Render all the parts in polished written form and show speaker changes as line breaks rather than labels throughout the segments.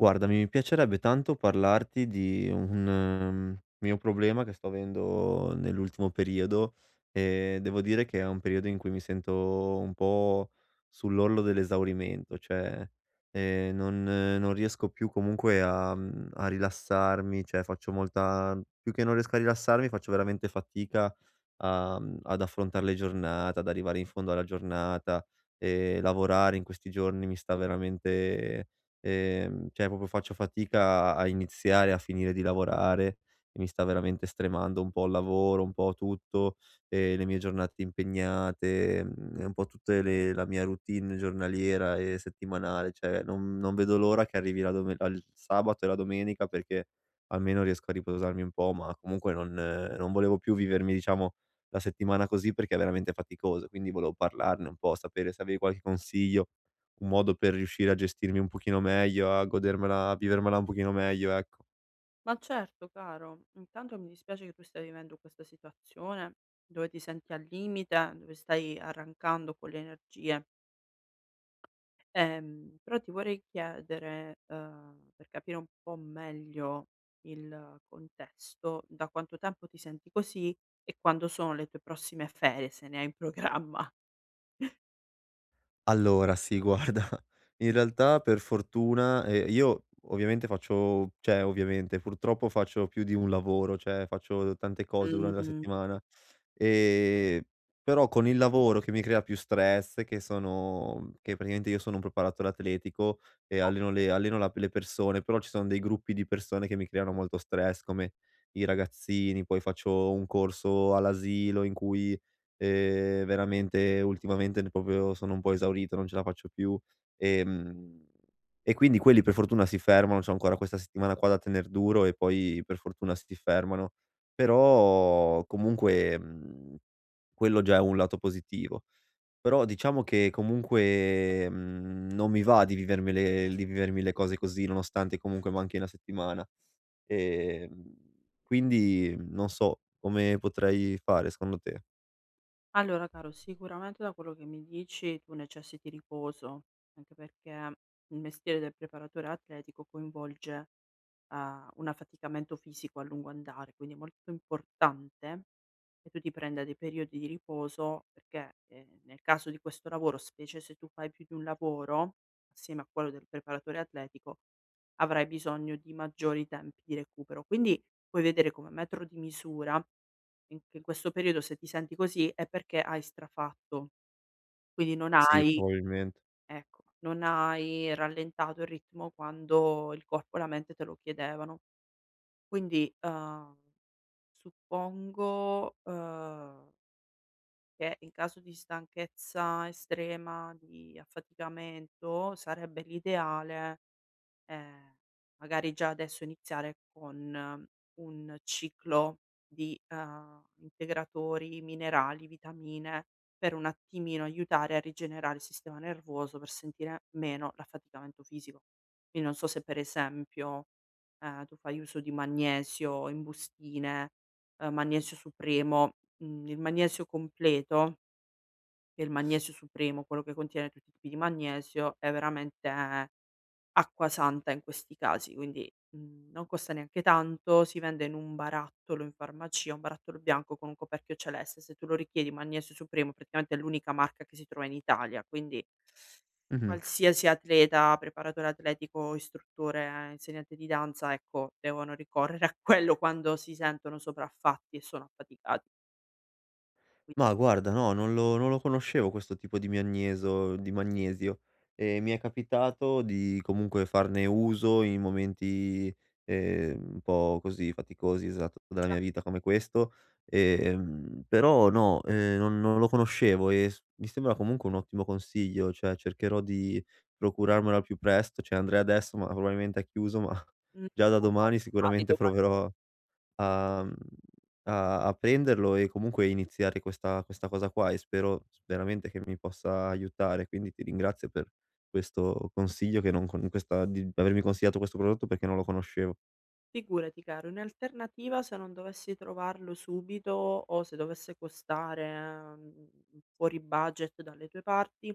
Guarda, mi piacerebbe tanto parlarti di un, mio problema che sto avendo nell'ultimo periodo e devo dire che è un periodo in cui mi sento un po' sull'orlo dell'esaurimento. Non riesco più comunque a rilassarmi, cioè faccio molta più che non riesco a rilassarmi, faccio veramente fatica ad affrontar le giornate, ad arrivare in fondo alla giornata e lavorare in questi giorni mi sta veramente cioè proprio faccio fatica a iniziare e a finire di lavorare e mi sta veramente stremando un po' il lavoro, un po' tutto, le mie giornate impegnate, e un po' tutte le la mia routine giornaliera e settimanale, cioè non vedo l'ora che arrivi la dome al sabato e la domenica perché almeno riesco a riposarmi un po', ma comunque non volevo più vivermi, diciamo, la settimana così perché è veramente faticoso, quindi volevo parlarne un po', sapere se avevi qualche consiglio, un modo per riuscire a gestirmi un pochino meglio, a godermela a vivermela un pochino meglio, ecco.
Ma certo caro, intanto mi dispiace che tu stia vivendo questa situazione dove ti senti al limite, dove stai arrancando con le energie. Però ti vorrei chiedere, per capire un po' meglio il contesto, da quanto tempo ti senti così e quando sono le tue prossime ferie, se ne hai in programma?
Allora sì, guarda, in realtà per fortuna, io ovviamente faccio cioè ovviamente, purtroppo faccio più di un lavoro, cioè faccio tante cose durante la
Mh.
settimana, ehm, però con il lavoro che mi crea più stress, che sono che praticamente io sono un preparatore atletico e alleno la le persone, però ci sono dei gruppi di persone che mi creano molto stress, come i ragazzini, poi faccio un corso all'asilo in cui veramente ultimamente ne proprio sono un po' esaurito, non ce la faccio più, ehm, e quindi quelli per fortuna si fermano, c'ho ancora questa settimana qua da tener duro e poi per fortuna si fermano. Però comunque, quello già è un lato positivo. Però diciamo che comunque, non mi va di vivermi le cose così, nonostante comunque manchi una settimana. Ehm, quindi non so come potrei fare secondo te.
Allora caro, sicuramente da quello che mi dici tu necessiti riposo, anche perché il mestiere del preparatore atletico coinvolge, un affaticamento fisico a lungo andare, quindi è molto importante che tu ti prenda dei periodi di riposo perché, nel caso di questo lavoro, specie se tu fai più di un lavoro, assieme a quello del preparatore atletico, avrai bisogno di maggiori tempi di recupero. Quindi puoi vedere come metro di misura in questo periodo, se ti senti così, è perché hai strafatto, quindi non Okay.
Sì,
hai
probabilmente.
ecco, non hai rallentato il ritmo quando il corpo e la mente te lo chiedevano. Quindi, suppongo, che in caso di stanchezza estrema, di affaticamento, sarebbe l'ideale Ehm, magari già adesso iniziare con un ciclo di, integratori, minerali, vitamine, per un attimino aiutare a rigenerare il sistema nervoso, per sentire meno l'affaticamento fisico. Quindi non so se per esempio, tu fai uso di magnesio in bustine, magnesio supremo, mhmm, il magnesio completo e il magnesio supremo, quello che contiene tutti i tipi di magnesio, è veramente acqua santa in questi casi, quindi, mhmm, non costa neanche tanto, si vende in un barattolo in farmacia, un barattolo bianco con un coperchio celeste. Se tu lo richiedi Magnesio Supremo, praticamente è l'unica marca che si trova in Italia, quindi
Mh-mh.
qualsiasi atleta, preparatore atletico, istruttore, insegnante di danza, ecco, devono ricorrere a quello quando si sentono sopraffatti e sono affaticati. Quindi,
Ma guarda no, non lo conoscevo questo tipo di magnesio, e mi è capitato di comunque farne uso in momenti, un po' così faticosi, esatto, della mia
diciamo,
vita come questo, però no, non lo conoscevo e s mi sembra comunque un ottimo consiglio, cioè cercherò di procurarmelo al più presto, cioè andrei adesso, ma probabilmente è chiuso, ma
mhmm,
già da
non è
domani
molto valido,
sicuramente
ma
proverò a mhmm, a prenderlo e comunque iniziare questa cosa qua e spero s veramente che mi possa aiutare. Quindi ti ringrazio per questo consiglio che non con questa di avermi consigliato questo prodotto perché non lo conoscevo.
figurati caro, in alternativa se non dovessi trovarlo subito o se dovesse costare, mhmm, fuori budget dalle tue parti,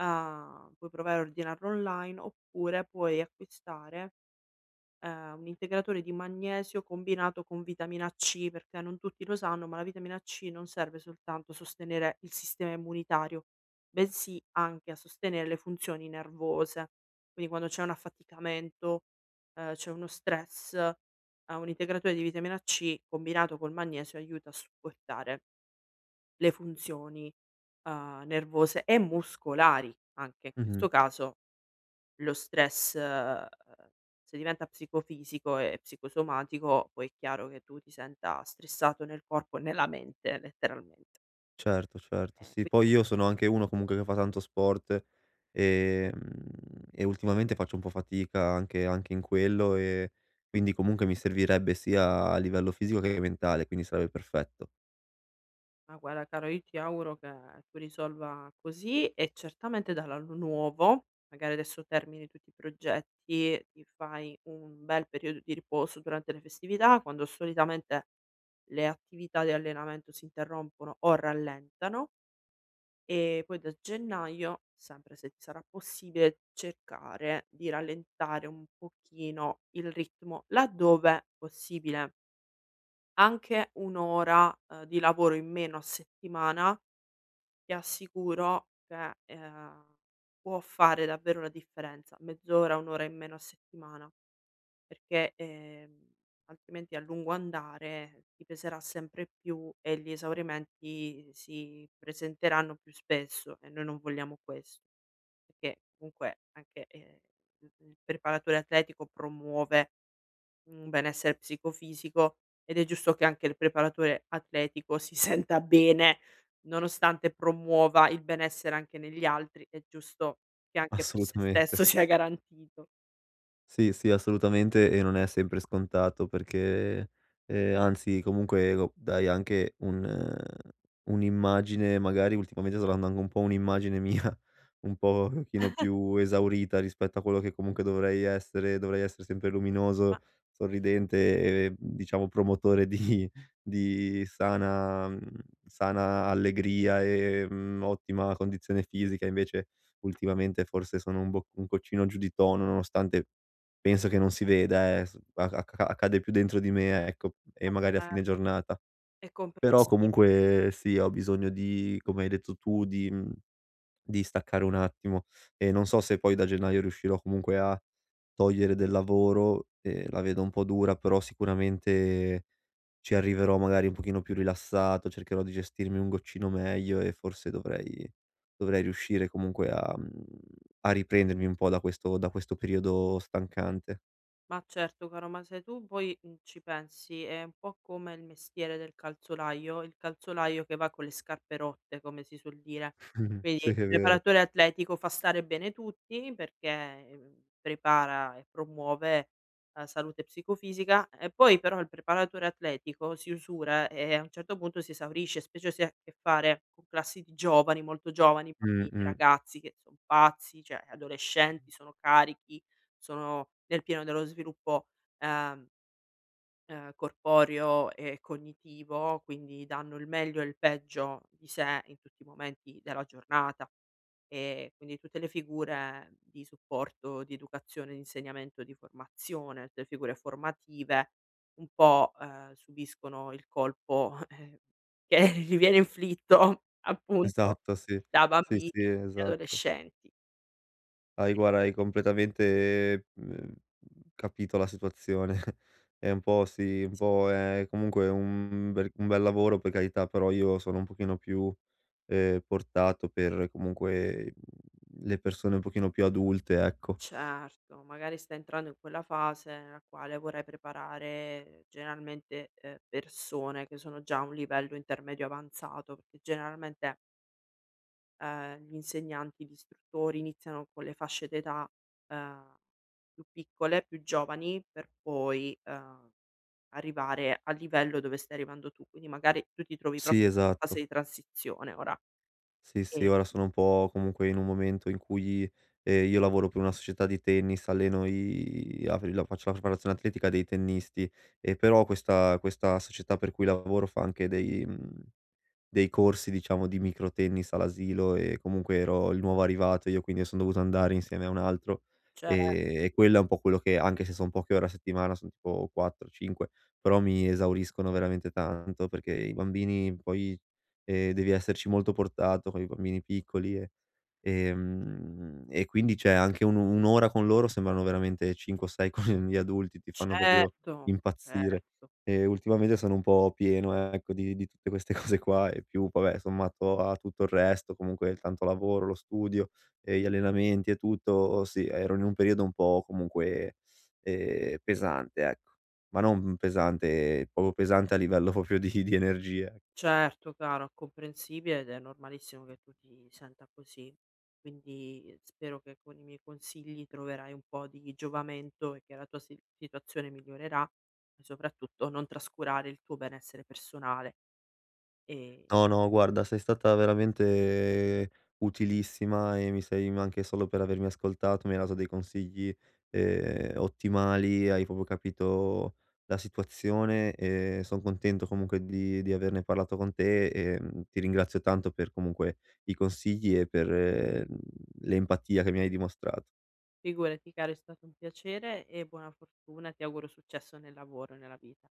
puoi provare a ordinarlo online oppure puoi acquistare un integratore di magnesio combinato con vitamina C, perché non tutti lo sanno, ma la vitamina C non serve soltanto a sostenere il sistema immunitario, bensì anche a sostenere le funzioni nervose. Quindi quando c'è un affaticamento, c'è uno stress, un integratore di vitamina C combinato col magnesio aiuta a supportare le funzioni, nervose e muscolari anche in
Mh-mh.
questo caso lo stress, se diventa psicofisico e psicosomatico, poi è chiaro che tu ti senta stressato nel corpo e nella mente letteralmente.
Certo, certo. Sì,
Quindi
poi io sono anche uno comunque che fa tanto sport, ehm, e ultimamente faccio un po' fatica anche in quello e quindi comunque mi servirebbe sia a livello fisico che mentale, quindi sarebbe perfetto.
ma guarda caro, io ti auguro che tu risolva così e certamente dall'anno nuovo, magari adesso termini tutti i progetti, ti fai un bel periodo di riposo durante le festività, quando solitamente le attività di allenamento si interrompono o rallentano. E poi da gennaio, sempre se ti sarà possibile, cercare di rallentare un pochino il ritmo laddove possibile. Anche un' ora, di lavoro in meno a settimana ti assicuro che, può fare davvero la differenza. Mezz'ora, un' ora in meno a settimana, perché, altrimenti a lungo andare ti peserà sempre più e gli esaurimenti si presenteranno più spesso e noi non vogliamo ques perché comunque anche, il preparatore atletico promuove un benessere psicofisico ed è giusto che anche il preparatore atletico si senta bene, nonostante promuova il benessere anche negli altri, è giusto che anche per se stesso
Assolutamente.
sia garantito.
Sì, sì, assolutamente e non è sempre scontato
Mh,
perché, anzi comunque co dai anche un'immagine, magari ultimamente sto dando anche un po' un'immagine mia un po' un pochino più esaurita rispetto a quello che comunque dovrei essere sempre
ma
luminoso, sorridente e diciamo promotore di sana sana allegria e, ottima condizione fisica, invece ultimamente forse sono un boccino giù di tono nonostante penso che non si veda, s a acca accade più dentro di me, ecco, e magari a
cioè,
fine giornata.
è
Però
comprensib
comunque sì, ho bisogno di come hai detto tu, di di staccare un attimo e non so se poi da gennaio riuscirò comunque a togliere del lavoro, la vedo un po' dura, però sicuramente ci arriverò magari un pochino più rilassato, cercherò di gestirmi un goccino meglio e forse dovrei riuscire comunque a riprendermi un po' da questo periodo stancante.
ma certo caro, ma se tu poi, mhmm, ci pensi è un po' come il mestiere del calzolaio, il calzolaio che va con le scarpe rotte, come si suol dire.
Mh-mh.
Quindi
Sì,
il
è vero.
preparatore atletico fa stare bene tutti perché, prepara e promuove la salute psicofisica e poi però il preparatore atletico si usura e a un certo punto si esaurisce, specie se hai a che fare con classi di giovani, molto giovani, bambini,
Mh-mh.
ragazzi che son pazzi, cioè adolescenti, sono carichi, sono nel pieno dello sviluppo, ehm, corporeo e cognitivo, quindi danno il meglio e il peggio di sé in tutti i momenti della giornata. Quindi tutte le figure di supporto, di educazione, di insegnamento, di formazione, tutte le figure formative un po', subiscono il colpo, che gli viene inflitto appunto
Esatto, sì.
da
Sì,
bambini
sì,
e
esatto.
adolescenti.
Hai guarda,
Eh,
hai completamente, capito la situazione. È un po' sì, un po' è comunque un bel lavoro per carità, però io sono un pochino più, portato per comunque, le persone un pochino più adulte, ecco.
Certo, magari sta entrando in quella fase nella quale vorrai preparare generalmente, persone che sono già a un livello intermedio avanzato, perché generalmente, gli insegnanti, gli istruttori iniziano con le fasce d'età, ehm, più piccole, più giovani, per poi, arrivare al livello dove stai arrivando tu. Quindi magari tu ti trovi proprio
Sì,
in questa fase
esatto.
di transizione ora.
Sì, sì,
Ehm,
ora sono un po' comunque in un momento in cui, io lavoro per una società di tennis, alleno i apri la faccio la preparazione atletica dei tennisti, e però questa società per cui lavoro fa anche dei mhmm dei corsi, diciamo, di micro tennis all'asilo e comunque ero il nuovo arrivato io, quindi son dovuto andare insieme a un altro,
cer
e quello è un po' quello che anche se son poche ore a settimana, son tipo 4, 5, però mi esauriscono veramente tanto perché i bambini poi, devi esserci molto portato con i bambini piccoli e quindi cioè anche un'ora con loro sembrano veramente 5 o 6 con gli adulti, ti fanno proprio
certo,
impazzire.
certo.
E ultimamente sono un po' pieno, ecco, di tutte queste cose qua e più, vabbè, sommato a tutto il resto, comunque il tanto lavoro, lo studio e gli allenamenti e tutto, sì, ero in un periodo un po' comunque, pesante, ecco. Ma non pesante, proprio pesante a livello proprio di energie.
Certo caro, è comprensibile ed è normalissimo che tu ti senta così. Quindi spero che con i miei consigli troverai un po' di giovamento e che la tua si situazione migliorerà e soprattutto non trascurare il tuo benessere personale. E
No, no, guarda, sei stata veramente utilissima e mi sei ma anche solo per avermi ascoltato, mi hai dato dei consigli, ottimali, hai proprio capito la situazione e son contento comunque di averne parlato con te, ti ringrazio tanto per comunque i consigli e per, mhmm, l'empatia che mi hai dimostrato.
figurati caro, è stato un piacere e buona fortuna. Ti auguro successo nel lavoro e nella vita.